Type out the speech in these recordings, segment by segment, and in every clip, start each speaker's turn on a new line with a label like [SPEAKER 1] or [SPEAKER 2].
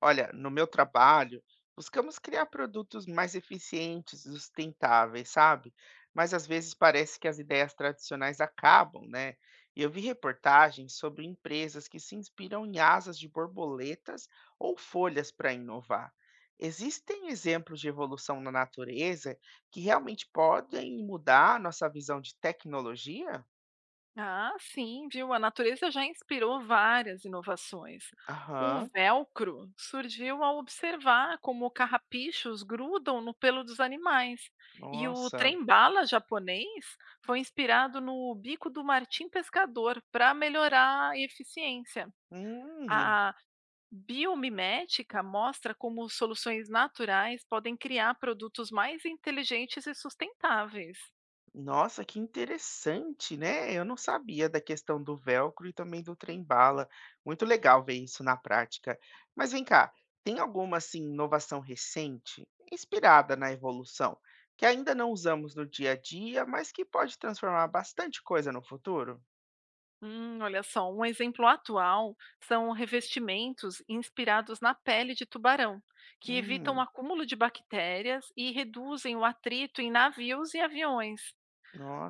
[SPEAKER 1] Olha, no meu trabalho, buscamos criar produtos mais eficientes e sustentáveis, sabe? Mas às vezes parece que as ideias tradicionais acabam, né? E eu vi reportagens sobre empresas que se inspiram em asas de borboletas ou folhas para inovar. Existem exemplos de evolução na natureza que realmente podem mudar a nossa visão de tecnologia?
[SPEAKER 2] Ah, sim, viu? A natureza já inspirou várias inovações. O
[SPEAKER 1] Aham,
[SPEAKER 2] velcro surgiu ao observar como carrapichos grudam no pelo dos animais. E o
[SPEAKER 1] nossa.
[SPEAKER 2] trem-bala japonês foi inspirado no bico do martim pescador para melhorar a eficiência.
[SPEAKER 1] Hum.
[SPEAKER 2] A biomimética mostra como soluções naturais podem criar produtos mais inteligentes e sustentáveis.
[SPEAKER 1] Nossa, que interessante, né? Eu não sabia da questão do velcro e também do trem-bala. Muito legal ver isso na prática. Mas vem cá, tem alguma assim inovação recente, inspirada na evolução, que ainda não usamos no dia a dia, mas que pode transformar bastante coisa no futuro?
[SPEAKER 2] Olha só, um exemplo atual são revestimentos inspirados na pele de tubarão, que evitam o
[SPEAKER 1] Hum,
[SPEAKER 2] acúmulo de bactérias e reduzem o atrito em navios e aviões.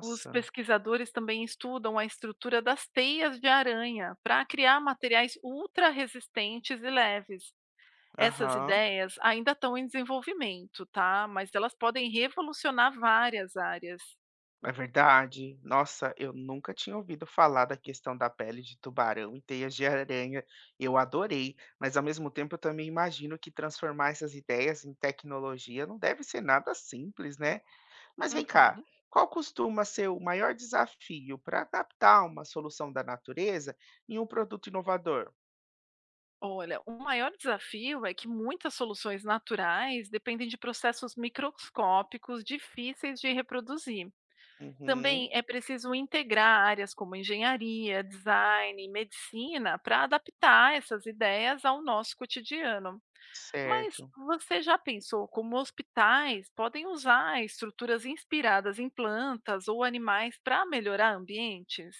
[SPEAKER 2] Os pesquisadores também estudam a estrutura das teias de aranha para criar materiais ultra resistentes e leves. Essas
[SPEAKER 1] Aham.
[SPEAKER 2] ideias ainda estão em desenvolvimento, tá? Mas elas podem revolucionar várias áreas.
[SPEAKER 1] É verdade. Nossa, eu nunca tinha ouvido falar da questão da pele de tubarão e teias de aranha. Eu adorei, mas ao mesmo tempo eu também imagino que transformar essas ideias em tecnologia não deve ser nada simples, né? Mas vem cá,
[SPEAKER 2] Uhum.
[SPEAKER 1] qual costuma ser o maior desafio para adaptar uma solução da natureza em um produto inovador?
[SPEAKER 2] Olha, o maior desafio é que muitas soluções naturais dependem de processos microscópicos difíceis de reproduzir.
[SPEAKER 1] Uhum,
[SPEAKER 2] Também é preciso integrar áreas como engenharia, design e medicina para adaptar essas ideias ao nosso cotidiano. Mas
[SPEAKER 1] certo.
[SPEAKER 2] você já pensou como hospitais podem usar estruturas inspiradas em plantas ou animais para melhorar ambientes?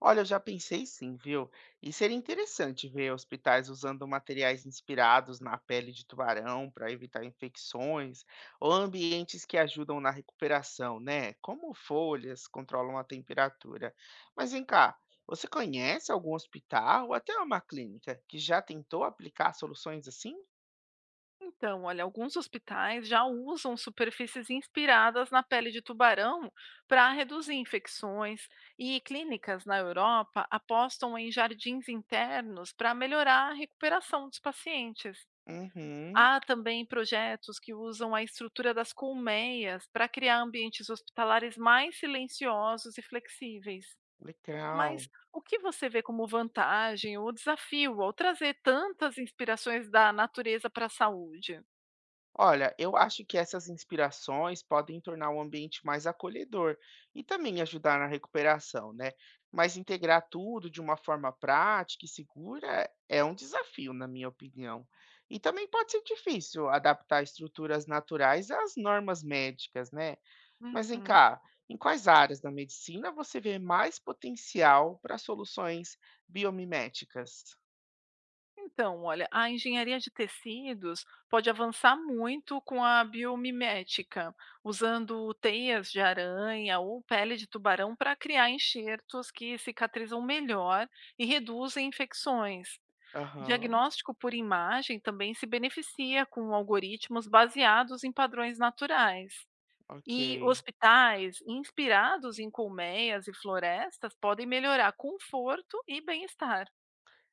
[SPEAKER 1] Olha, eu já pensei sim, viu? E seria interessante ver hospitais usando materiais inspirados na pele de tubarão para evitar infecções, ou ambientes que ajudam na recuperação, né? Como folhas controlam a temperatura. Mas vem cá, você conhece algum hospital ou até uma clínica que já tentou aplicar soluções assim?
[SPEAKER 2] Então, olha, alguns hospitais já usam superfícies inspiradas na pele de tubarão para reduzir infecções, e clínicas na Europa apostam em jardins internos para melhorar a recuperação dos pacientes.
[SPEAKER 1] Uhum,
[SPEAKER 2] Há também projetos que usam a estrutura das colmeias para criar ambientes hospitalares mais silenciosos e flexíveis.
[SPEAKER 1] legal.
[SPEAKER 2] Mas o que você vê como vantagem ou desafio ao trazer tantas inspirações da natureza para a saúde?
[SPEAKER 1] Olha, eu acho que essas inspirações podem tornar o ambiente mais acolhedor e também ajudar na recuperação, né? Mas integrar tudo de uma forma prática e segura é um desafio, na minha opinião. E também pode ser difícil adaptar estruturas naturais às normas médicas, né? Mas vem
[SPEAKER 2] Uhum.
[SPEAKER 1] cá, em quais áreas da medicina você vê mais potencial para soluções biomiméticas?
[SPEAKER 2] Então, olha, a engenharia de tecidos pode avançar muito com a biomimética, usando teias de aranha ou pele de tubarão para criar enxertos que cicatrizam melhor e reduzem infecções.
[SPEAKER 1] Aham,
[SPEAKER 2] Diagnóstico por imagem também se beneficia com algoritmos baseados em padrões naturais. E
[SPEAKER 1] ok.
[SPEAKER 2] hospitais inspirados em colmeias e florestas podem melhorar conforto e bem-estar.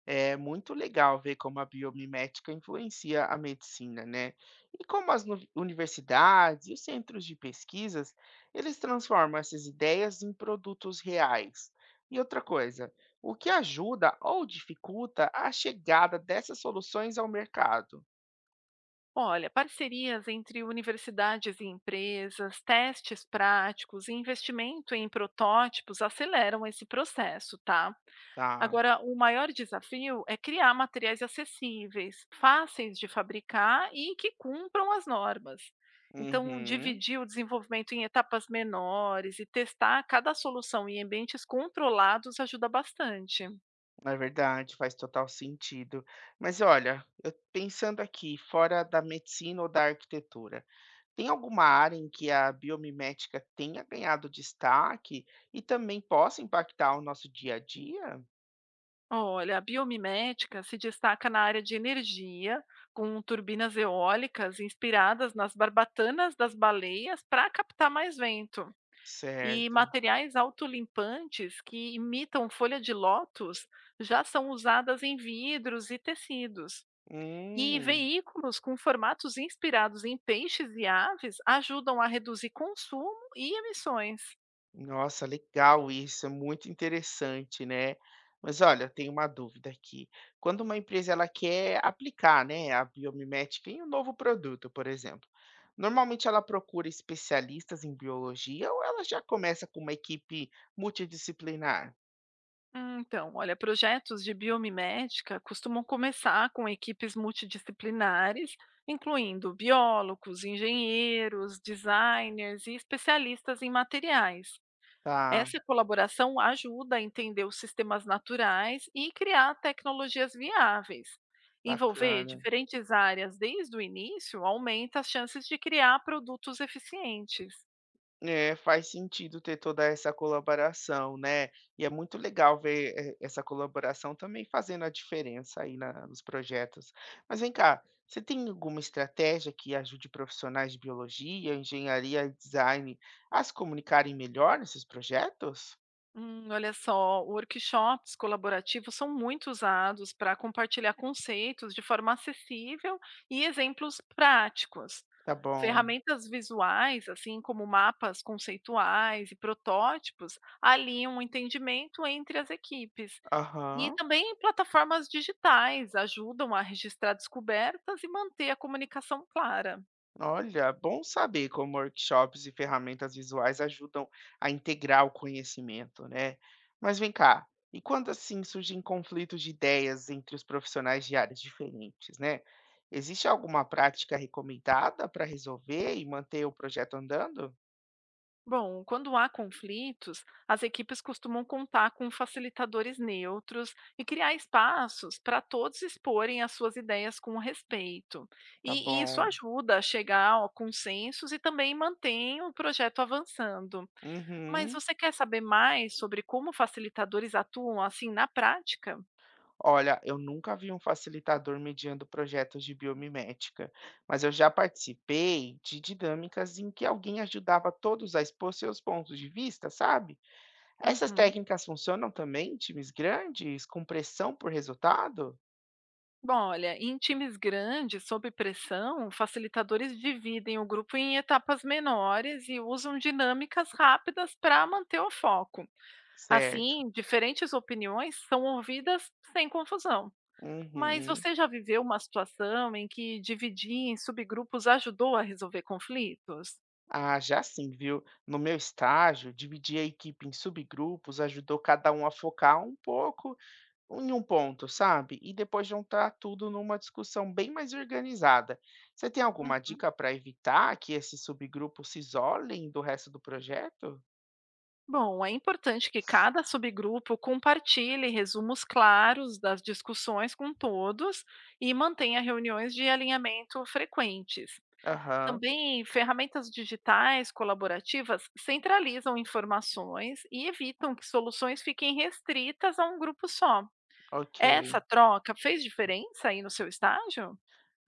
[SPEAKER 1] É muito legal ver como a biomimética influencia a medicina, né? E como as universidades e os centros de pesquisas, eles transformam essas ideias em produtos reais. E outra coisa, o que ajuda ou dificulta a chegada dessas soluções ao mercado,
[SPEAKER 2] Olha, parcerias entre universidades e empresas, testes práticos e investimento em protótipos aceleram esse processo, tá?
[SPEAKER 1] tá?
[SPEAKER 2] Agora, o maior desafio é criar materiais acessíveis, fáceis de fabricar e que cumpram as normas. Então,
[SPEAKER 1] Uhum,
[SPEAKER 2] dividir o desenvolvimento em etapas menores e testar cada solução em ambientes controlados ajuda bastante.
[SPEAKER 1] é verdade, faz total sentido. Mas olha, eu pensando aqui, fora da medicina ou da arquitetura, tem alguma área em que a biomimética tenha ganhado destaque e também possa impactar o nosso dia a dia?
[SPEAKER 2] Olha, a biomimética se destaca na área de energia, com turbinas eólicas inspiradas nas barbatanas das baleias para captar mais vento, e
[SPEAKER 1] Certo.
[SPEAKER 2] materiais autolimpantes que imitam folha de lótus já são usadas em vidros e tecidos. E
[SPEAKER 1] Hum,
[SPEAKER 2] veículos com formatos inspirados em peixes e aves ajudam a reduzir consumo e emissões.
[SPEAKER 1] nossa, legal isso, é muito interessante, né? Mas olha, eu tenho uma dúvida aqui. Quando uma empresa ela quer aplicar, né, a biomimética em um novo produto, por exemplo, normalmente ela procura especialistas em biologia ou ela já começa com uma equipe multidisciplinar?
[SPEAKER 2] Então, olha, projetos de biomimética costumam começar com equipes multidisciplinares, incluindo biólogos, engenheiros, designers e especialistas em materiais.
[SPEAKER 1] Tá,
[SPEAKER 2] Essa colaboração ajuda a entender os sistemas naturais e criar tecnologias viáveis. Envolver
[SPEAKER 1] bacana.
[SPEAKER 2] diferentes áreas desde o início aumenta as chances de criar produtos eficientes.
[SPEAKER 1] É, faz sentido ter toda essa colaboração, né? E é muito legal ver essa colaboração também fazendo a diferença aí nos projetos. Mas vem cá, você tem alguma estratégia que ajude profissionais de biologia, engenharia e design a se comunicarem melhor nesses projetos?
[SPEAKER 2] Olha só, workshops colaborativos são muito usados para compartilhar conceitos de forma acessível e exemplos práticos.
[SPEAKER 1] Tá bom.
[SPEAKER 2] Ferramentas visuais, assim como mapas conceituais e protótipos, alinham o entendimento entre as equipes. E
[SPEAKER 1] Aham.
[SPEAKER 2] também plataformas digitais ajudam a registrar descobertas e manter a comunicação clara.
[SPEAKER 1] Olha, bom saber como workshops e ferramentas visuais ajudam a integrar o conhecimento, né? Mas vem cá, e quando assim surgem conflitos de ideias entre os profissionais de áreas diferentes, né? Existe alguma prática recomendada para resolver e manter o projeto andando?
[SPEAKER 2] Bom, quando há conflitos, as equipes costumam contar com facilitadores neutros e criar espaços para todos exporem as suas ideias com respeito.
[SPEAKER 1] Tá
[SPEAKER 2] E isso
[SPEAKER 1] bom.
[SPEAKER 2] ajuda a chegar a consensos e também mantém o projeto avançando. Mas
[SPEAKER 1] Uhum.
[SPEAKER 2] você quer saber mais sobre como facilitadores atuam assim na prática?
[SPEAKER 1] Olha, eu nunca vi um facilitador mediando projetos de biomimética, mas eu já participei de dinâmicas em que alguém ajudava todos a expor seus pontos de vista, sabe? Essas
[SPEAKER 2] Uhum.
[SPEAKER 1] técnicas funcionam também em times grandes, com pressão por resultado?
[SPEAKER 2] Bom, olha, em times grandes, sob pressão, facilitadores dividem o grupo em etapas menores e usam dinâmicas rápidas para manter o foco.
[SPEAKER 1] Certo.
[SPEAKER 2] Assim, diferentes opiniões são ouvidas sem confusão. Mas
[SPEAKER 1] Uhum.
[SPEAKER 2] você já viveu uma situação em que dividir em subgrupos ajudou a resolver conflitos?
[SPEAKER 1] Ah, já sim, viu? No meu estágio, dividir a equipe em subgrupos ajudou cada um a focar um pouco em um ponto, sabe? E depois juntar tudo numa discussão bem mais organizada. Você tem alguma dica para evitar que esses subgrupos se isolem do resto do projeto?
[SPEAKER 2] Bom, é importante que cada subgrupo compartilhe resumos claros das discussões com todos e mantenha reuniões de alinhamento frequentes.
[SPEAKER 1] Aham,
[SPEAKER 2] Também ferramentas digitais colaborativas centralizam informações e evitam que soluções fiquem restritas a um grupo só.
[SPEAKER 1] ok.
[SPEAKER 2] Essa troca fez diferença aí no seu estágio?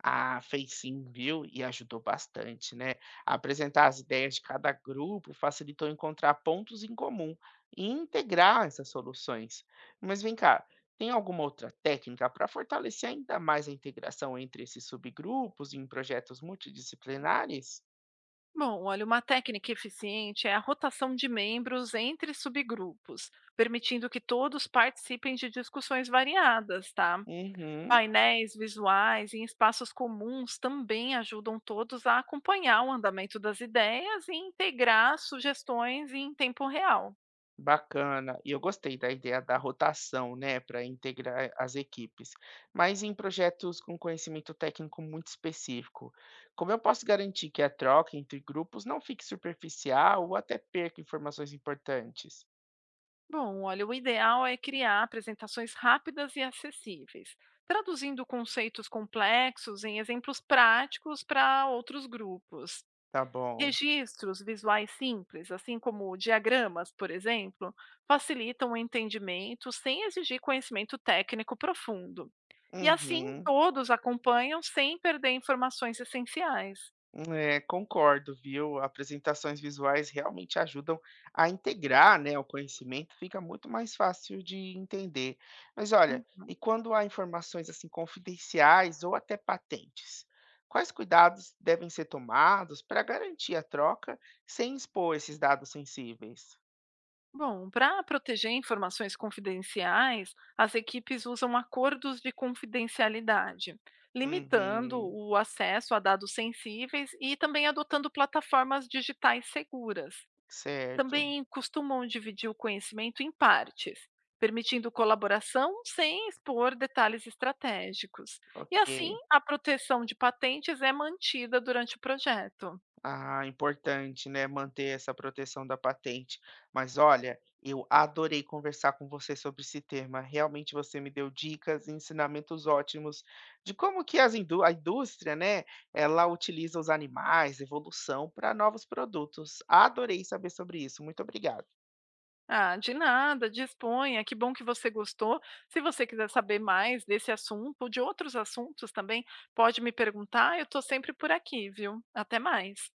[SPEAKER 1] Ah, fez sim, viu? E ajudou bastante, né? Apresentar as ideias de cada grupo facilitou encontrar pontos em comum e integrar essas soluções. Mas vem cá, tem alguma outra técnica para fortalecer ainda mais a integração entre esses subgrupos em projetos multidisciplinares?
[SPEAKER 2] Bom, olha, uma técnica eficiente é a rotação de membros entre subgrupos, permitindo que todos participem de discussões variadas, tá?
[SPEAKER 1] Uhum,
[SPEAKER 2] Painéis visuais e espaços comuns também ajudam todos a acompanhar o andamento das ideias e integrar sugestões em tempo real.
[SPEAKER 1] bacana. E eu gostei da ideia da rotação, né, para integrar as equipes. Mas em projetos com conhecimento técnico muito específico, como eu posso garantir que a troca entre grupos não fique superficial ou até perca informações importantes?
[SPEAKER 2] Bom, olha, o ideal é criar apresentações rápidas e acessíveis, traduzindo conceitos complexos em exemplos práticos para outros grupos.
[SPEAKER 1] Tá bom.
[SPEAKER 2] Registros visuais simples, assim como diagramas, por exemplo, facilitam o entendimento sem exigir conhecimento técnico profundo. E assim
[SPEAKER 1] Uhum.
[SPEAKER 2] todos acompanham sem perder informações essenciais.
[SPEAKER 1] É, concordo, viu? Apresentações visuais realmente ajudam a integrar, né, o conhecimento, fica muito mais fácil de entender. Mas
[SPEAKER 2] Hum.
[SPEAKER 1] olha, e quando há informações assim confidenciais ou até patentes, quais cuidados devem ser tomados para garantir a troca sem expor esses dados sensíveis?
[SPEAKER 2] Bom, para proteger informações confidenciais, as equipes usam acordos de confidencialidade, limitando
[SPEAKER 1] Uhum,
[SPEAKER 2] o acesso a dados sensíveis e também adotando plataformas digitais seguras.
[SPEAKER 1] certo,
[SPEAKER 2] Também costumam dividir o conhecimento em partes, permitindo colaboração sem expor detalhes estratégicos. E assim,
[SPEAKER 1] ok.
[SPEAKER 2] a proteção de patentes é mantida durante o projeto.
[SPEAKER 1] Ah, importante, né, manter essa proteção da patente. Mas olha, eu adorei conversar com você sobre esse tema. Realmente você me deu dicas e ensinamentos ótimos de como que as a indústria, né, ela utiliza os animais, evolução para novos produtos. Adorei saber sobre isso. Muito obrigado.
[SPEAKER 2] Ah, de nada, disponha. Que bom que você gostou. Se você quiser saber mais desse assunto ou de outros assuntos também, pode me perguntar. Eu estou sempre por aqui, viu? Até mais.